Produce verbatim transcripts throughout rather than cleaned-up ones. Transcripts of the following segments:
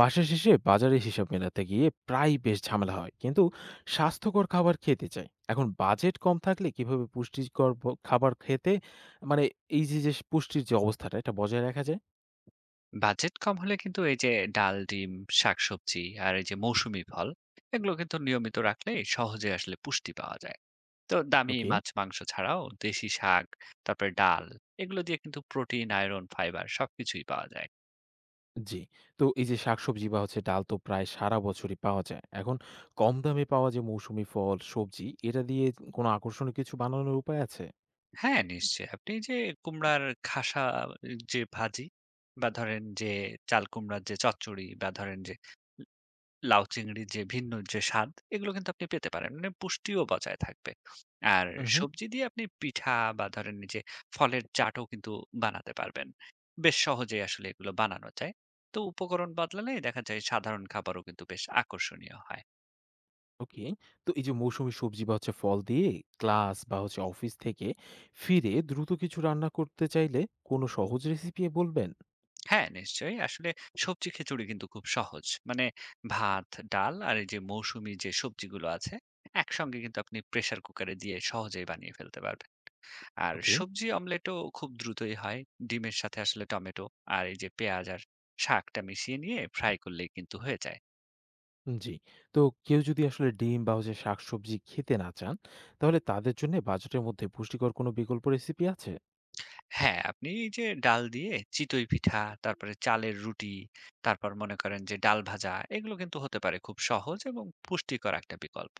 মাসের শেষে বাজারে হিসাব মেলাতে গিয়ে প্রায় বেশ ঝামেলা হয় কিন্তু স্বাস্থ্যকর খাবার খেতে চাই। এখন বাজেট কম থাকলে কিভাবে পুষ্টিকর ব- খাবার খেতে মানে এই যে যে পুষ্টির যে অবস্থাটা এটা বজায় রাখা যায়। বাজেট কম হলে কিন্তু এই যে ডাল, ডিম, শাকসবজি আর এই যে মৌসুমী ফল এগুলো কিন্তু নিয়মিত রাখলে সহজে আসলে পুষ্টি পাওয়া যায়। তো দামি ওকে। মাছ মাংস ছাড়াও দেশি শাক, তারপরে ডাল এগুলো দিয়ে কিন্তু প্রোটিন, আয়রন, ফাইবার সবকিছুই পাওয়া যায়। জি। তো এই যে শাকসবজি বা হচ্ছে ডাল তো প্রায় সারা বছরই পাওয়া যায়। এখন কম দামে পাওয়া যে মৌসুমী ফল সবজি, এটা দিয়ে কোনো আকর্ষণীয় কিছু বানানোর উপায় আছে? হ্যাঁ, নিশ্চয়ই। আপনি যে কুমড়ার খাসা যে ভাজি, বা ধরেন যে চাল কুমড়ার যে চচ্চড়ি, বা ধরেন যে লাউ চিংড়ির যে ভিন্ন যে স্বাদ, এগুলো কিন্তু আপনি পেতে পারেন। মানে পুষ্টিও বজায় থাকবে। আর হুম। সবজি দিয়ে আপনি পিঠা, বা ধরেন এই যে ফলের চাটও কিন্তু বানাতে পারবেন। বেশ সহজেই আসলে এগুলো বানানো যায়। তো উপকরণ বদলালে দেখা যায় সাধারণ খাবারও কিন্তু বেশ আকর্ষণীয় হয়। ওকে। তো এই যে মৌসুমী সবজি বা হচ্ছে ফল দিয়ে ক্লাস বা হচ্ছে অফিস থেকে ফিরে দ্রুত কিছু রান্না করতে চাইলে কোনো সহজ রেসিপি বলবেন? হ্যাঁ, নিশ্চয়ই। আসলে সবজি খিচুড়ি কিন্তু খুব সহজ। মানে ভাত, ডাল আর এই যে মৌসুমী যে সবজিগুলো আছে একসঙ্গে কিন্তু আপনি প্রেশার কুকারে দিয়ে সহজেই বানিয়ে ফেলতে পারবেন। আর ওকে, সবজি অমলেটও খুব দ্রুতই হয়। ডিমের সাথে আসলে টমেটো আর এই যে পেঁয়াজ আর শাকটা মিশিয়ে নিয়ে ফ্রাই করলেই কিন্তু হয়ে যায়। জি। তো কেউ যদি আসলে ডিম বা হচ্ছে শাকসবজি খেতে না চান, তাহলে তাদের জন্য বাজেটের মধ্যে পুষ্টিকর কোনো বিকল্প রেসিপি আছে? হ্যাঁ, আপনি এই যে ডাল দিয়ে চিতই পিঠা, তারপরে চালের রুটি, তারপর মনে করেন যে ডাল ভাজা, এগুলো কিন্তু হতে পারে খুব সহজ এবং পুষ্টিকর একটা বিকল্প।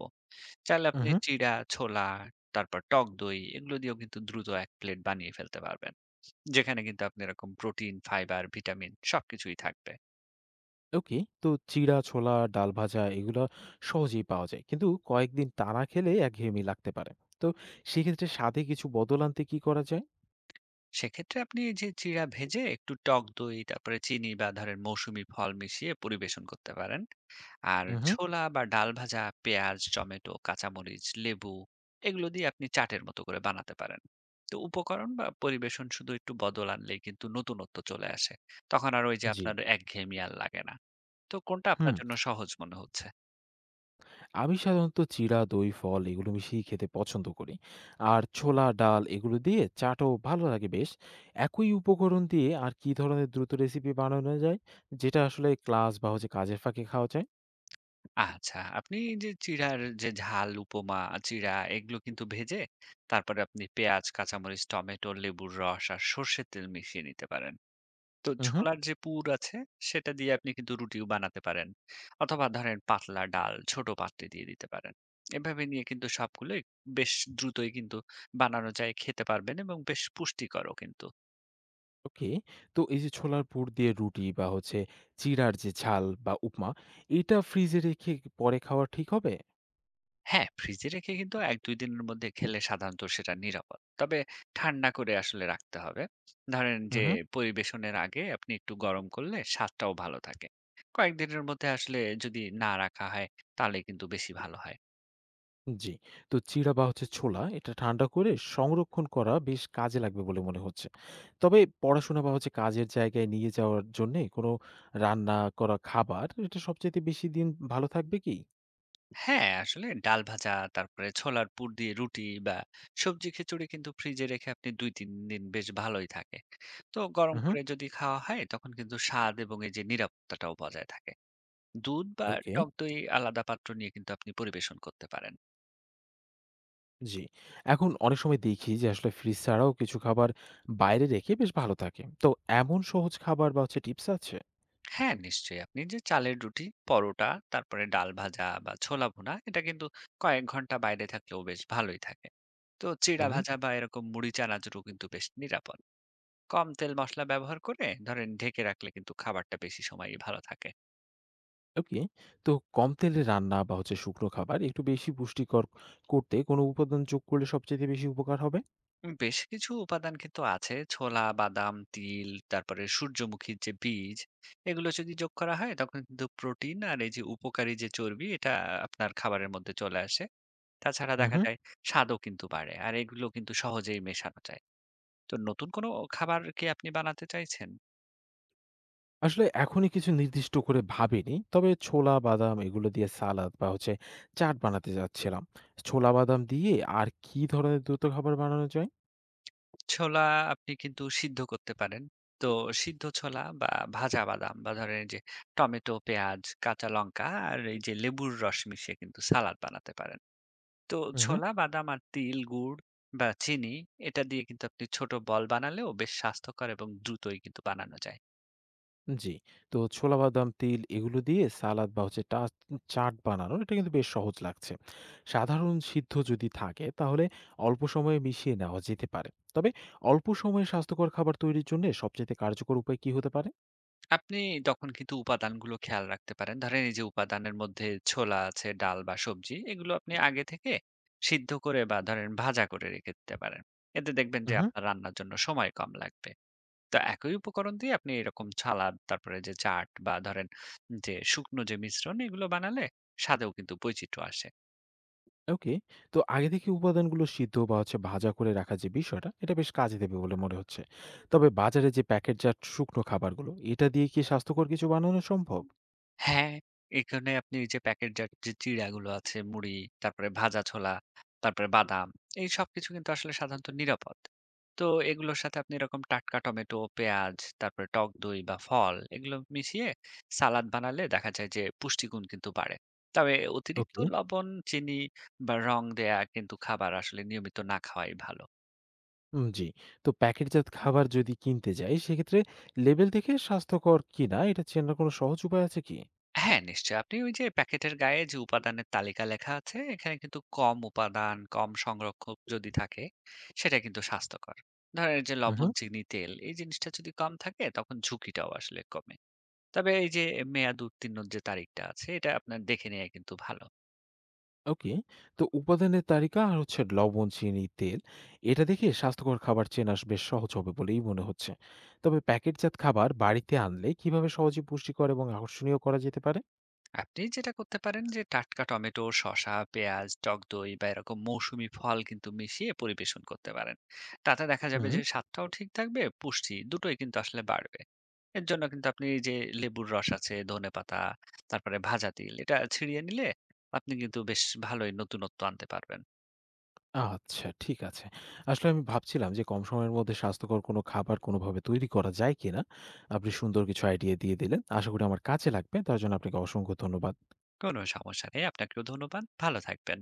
চাইলে আপনি উহু, চিড়া, ছোলা, তারপর টক দই এগুলো দিয়েও কিন্তু দ্রুত এক প্লেট বানিয়ে ফেলতে পারবেন। যেখানে কিন্তু আপনি এরকম প্রোটিন, ফাইবার, ভিটামিন সবকিছুই থাকবে। ওকে। তো চিড়া, ছোলা, ডাল ভাজা এগুলা সহজেই পাওয়া যায়। কিন্তু কয়েকদিন টানা খেলে একঘেয়েমি লাগতে পারে। তো সেক্ষেত্রে স্বাদে কিছু বদল আনতে কি করা যায়? সেক্ষেত্রে আপনি এই যে চিড়া ভেজে একটু টক দই, তারপরে চিনি বা ধরেন মৌসুমী ফল মিশিয়ে পরিবেশন করতে পারেন। আর উহু, ছোলা বা ডাল ভাজা, পেঁয়াজ, টমেটো, কাঁচামরিচ, লেবু এগুলো দিয়ে আপনি চাটের মতো করে বানাতে পারেন। তো উপকরণ বা পরিবেশন শুধু একটু বদল আনলেই কিন্তু নতুনত্ব চলে আসে। তখন আর ওই যে জি। আপনার একঘেয়েমি আর লাগে না। তো কোনটা আপনার হুম। জন্য সহজ মনে হচ্ছে? আমি সাধারণত চিড়া, দই, ফল এগুলো মিশিয়ে খেতে পছন্দ করি। আর ছোলা, ডাল এগুলো দিয়ে চাটও ভালো লাগে বেশ। একই উপকরণ দিয়ে আর কী ধরনের দ্রুত রেসিপি বানানো যায়, যেটা আসলে ক্লাস বা হচ্ছে কাজের ফাঁকে খাওয়া যায়? আচ্ছা, আপনি যে চিড়ার যে ঝাল, উপমা, চিড়া এগুলো কিন্তু ভেজে তারপরে আপনি পেঁয়াজ, কাঁচামরিচ, টমেটো, লেবুর রস আর সর্ষের তেল মিশিয়ে নিতে পারেন। তো হুম, হুম ছোলার যে পুর আছে সেটা দিয়ে আপনি কিন্তু রুটিও বানাতে পারেন। অথবা ধরেন পাতলা ডাল ছোট পাত্রে দিয়ে দিতে পারেন। এভাবে নিয়ে কিন্তু সবগুলোই বেশ দ্রুতই কিন্তু বানানো যায়, খেতে পারবেন এবং বেশ পুষ্টিকরও কিন্তু। ওকে। তো এই যে ছোলার পুর দিয়ে রুটি বা হচ্ছে চিড়ার যে ঝাল বা উপমা, এটা ফ্রিজে রেখে পরে খাওয়া ঠিক হবে? হ্যাঁ, ফ্রিজে রেখে কিন্তু এক থেকে দুই দিনের মধ্যে খেলে সাধারণত সেটা নিরাপদ। তবে ঠান্ডা করে আসলে রাখতে হবে। ধরেন হুম, যে হুম পরিবেশনের আগে আপনি একটু গরম করলে স্বাদটাও ভালো থাকে। কয়েকদিনের মধ্যে আসলে যদি না রাখা হয় তাহলে কিন্তু বেশি ভালো হয়। জি। তো চিড়া বা হচ্ছে ছোলা এটা ঠান্ডা করে সংরক্ষণ করা বেশ কাজে লাগবে বলে মনে হচ্ছে। তবে পড়াশোনা বা হচ্ছে কাজের জায়গায় নিয়ে যাওয়ার জন্যে কোনো রান্না করা খাবার এটা সবচাইতে বেশি দিন ভালো থাকবে কি? হ্যাঁ, আসলে ডাল ভাজা, তারপরে ছোলার পুর দিয়ে রুটি বা সবজি খিচুড়ি কিন্তু ফ্রিজে রেখে আপনি দুই থেকে তিন দিন বেশ ভালোই থাকে। তো গরম উহু। করে যদি খাওয়া হয় তখন কিন্তু স্বাদ এবং এই যে নিরাপত্তাটাও বজায় থাকে। দুধ বা ওকে। টক দই আলাদা পাত্র নিয়ে কিন্তু আপনি পরিবেশন করতে পারেন। জি। এখন অনেক সময় দেখি যে আসলে ফ্রিজ ছাড়াও কিছু খাবার বাইরে রেখে বেশ ভালো থাকে। তো এমন সহজ খাবার বা হচ্ছে টিপস আছে? হ্যাঁ, নিশ্চয়ই। আপনি যে চালের রুটি, পরোটা, তারপরে ডাল ভাজা বা ছোলা ভুনা এটা কিন্তু কয়েক ঘন্টা বাইরে থাকলেও বেশ ভালোই থাকে। তো চিড়া হুম। ভাজা বা এরকম মুড়ি, চানাচুরও কিন্তু বেশ নিরাপদ। কম তেল মশলা ব্যবহার করে ধরেন ঢেকে রাখলে কিন্তু খাবারটা বেশি সময়ই ভালো থাকে। ওকে। তো কম তেলে রান্না বা হচ্ছে শুকনো খাবার একটু বেশি পুষ্টিকর করতে কোনো উপাদান যোগ করলে সবচাইতে বেশি উপকার হবে? উম বেশ কিছু উপাদান কিন্তু আছে। ছোলা, বাদাম, তিল, তারপরে সূর্যমুখীর যে বীজ, এগুলো যদি যোগ করা হয় তখন কিন্তু প্রোটিন আর এই যে উপকারী যে চর্বি এটা আপনার খাবারের মধ্যে চলে আসে। তাছাড়া দেখা উহু। যায় স্বাদও কিন্তু বাড়ে, আর এগুলো কিন্তু সহজেই মেশানো যায়। তো নতুন কোনো খাবার কি আপনি বানাতে চাইছেন? আসলে এখনই কিছু নির্দিষ্ট করে ভাবিনি। তবে ছোলা, বাদাম এগুলো দিয়ে সালাদ বা হচ্ছে চাট বানাতে যাচ্ছিলাম। ছোলা, বাদাম দিয়ে আর কি ধরনের দ্রুত খাবার বানানো যায়? ছোলা আপনি কিন্তু সিদ্ধ করতে পারেন। তো সিদ্ধ ছোলা বা ভাজা বাদাম বা ধরেন এই যে টমেটো, পেঁয়াজ, কাঁচা লঙ্কা আর এই যে লেবুর রস মিশিয়ে কিন্তু সালাদ বানাতে পারেন। তো হুম, হুম ছোলা, বাদাম আর তিল, গুড় বা চিনি এটা দিয়ে কিন্তু আপনি ছোট বল বানালেও বেশ স্বাস্থ্যকর এবং দ্রুতই কিন্তু বানানো যায়। জি। তো ছোলা, বাদাম, তিল এগুলো দিয়ে সালাদ বা হচ্ছে টাচ চাট বানানো এটা কিন্তু বেশ সহজ লাগছে। সাধারণ সিদ্ধ যদি থাকে তাহলে অল্প সময়ে মিশিয়ে নেওয়া যেতে পারে। তবে অল্প সময়ে স্বাস্থ্যকর খাবার তৈরির জন্যে সবচাইতে কার্যকর উপায় কি হতে পারে? আপনি তখন কিন্তু উপাদানগুলো খেয়াল রাখতে পারেন। ধরেন এই যে উপাদানের মধ্যে ছোলা আছে, ডাল বা সবজি, এগুলো আপনি আগে থেকে সিদ্ধ করে বা ধরেন ভাজা করে রেখে দিতে পারেন। এতে দেখবেন যে হুম, হুম আপনার রান্নার জন্য সময় কম লাগবে। তো একই উপকরণ দিয়ে আপনি এরকম সালাদ, তারপরে যে চাট বা ধরেন যে শুকনো যে মিশ্রণ এগুলো বানালে স্বাদেও কিন্তু বৈচিত্র্য আসে। ওকে। তো আগে থেকে উপাদানগুলো সিদ্ধ বা হচ্ছে ভাজা করে রাখা যে বিষয়টা, এটা বেশ কাজে দেবে বলে মনে হচ্ছে। তবে বাজারে যে প্যাকেটজাত শুকনো খাবারগুলো, এটা দিয়ে কি স্বাস্থ্যকর কিছু বানানো সম্ভব? হ্যাঁ, এখানে আপনি ওই যে প্যাকেটজাত যে চিড়াগুলো আছে, মুড়ি, তারপরে ভাজা ছোলা, তারপরে বাদাম, এই সবকিছু কিন্তু আসলে সাধারণত নিরাপদ। তো এগুলোর সাথে আপনি এরকম টাটকা টমেটো, পেঁয়াজ, তারপরে টক দই বা ফল এগুলো মিশিয়ে সালাদ বানালে দেখা যায় যে পুষ্টিগুণ কিন্তু বাড়ে। তবে অতিরিক্ত ওকে। লবণ, চিনি বা রং দেয়া কিন্তু খাবার আসলে নিয়মিত না খাওয়াই ভালো। উম জি। তো প্যাকেটজাত খাবার যদি কিনতে যাই, সেক্ষেত্রে লেবেল দেখে স্বাস্থ্যকর কিনা এটা চেনার কোনো সহজ উপায় আছে কি? হ্যাঁ, নিশ্চয়ই। আপনি ওই যে প্যাকেটের গায়ে যে উপাদানের তালিকা লেখা আছে, এখানে কিন্তু কম উপাদান, কম সংরক্ষক যদি থাকে, সেটা কিন্তু স্বাস্থ্যকর। ধরেন এই যে উহু। লবণ, চিনি, তেল এই জিনিসটা যদি কম থাকে তখন ঝুঁকিটাও আসলে কমে। তবে এই যে মেয়াদ উত্তীর্ণর যে তারিখটা আছে, এটা আপনার দেখে নেওয়া কিন্তু ভালো। ওকে। তো উপাদানের তালিকা আর হচ্ছে লবণ, চিনি, তেল এটা দেখে স্বাস্থ্যকর খাবার চেনা বেশ সহজ হবে বলেই মনে হচ্ছে। তবে প্যাকেটজাত খাবার বাড়িতে আনলে কিভাবে সহজে পুষ্টিকর এবং আকর্ষণীয় করা যেতে পারে? আপনি যেটা করতে পারেন যে টাটকা টমেটো, শসা, পেঁয়াজ, টক দই বা এরকম মৌসুমী ফল কিন্তু মিশিয়ে পরিবেশন করতে পারেন। তাতে দেখা যাবে যে হুম। স্বাদটাও ঠিক থাকবে, পুষ্টি দুটোই কিন্তু আসলে বাড়বে। এর জন্য কিন্তু আপনি এই যে লেবুর রস আছে, ধনেপাতা, তারপরে ভাজা তিল, এটা ছিঁড়িয়ে নিলে আপনি কিন্তু বেশ ভালোই নতুনত্ব আনতে পারবেন। আচ্ছা, ঠিক আছে। আসলে আমি ভাবছিলাম যে কম সময়ের মধ্যে স্বাস্থ্যকর কোনো খাবার কোনোভাবে তৈরি করা যায় কিনা? আপনি সুন্দর কিছু আইডিয়া দিয়ে দিলেন। আশা করি আমার কাজে লাগবে। তার জন্য আপনাকে অসংখ্য ধন্যবাদ। কোনো সমস্যা নেই। আপনাকেও ধন্যবাদ। ভালো থাকবেন।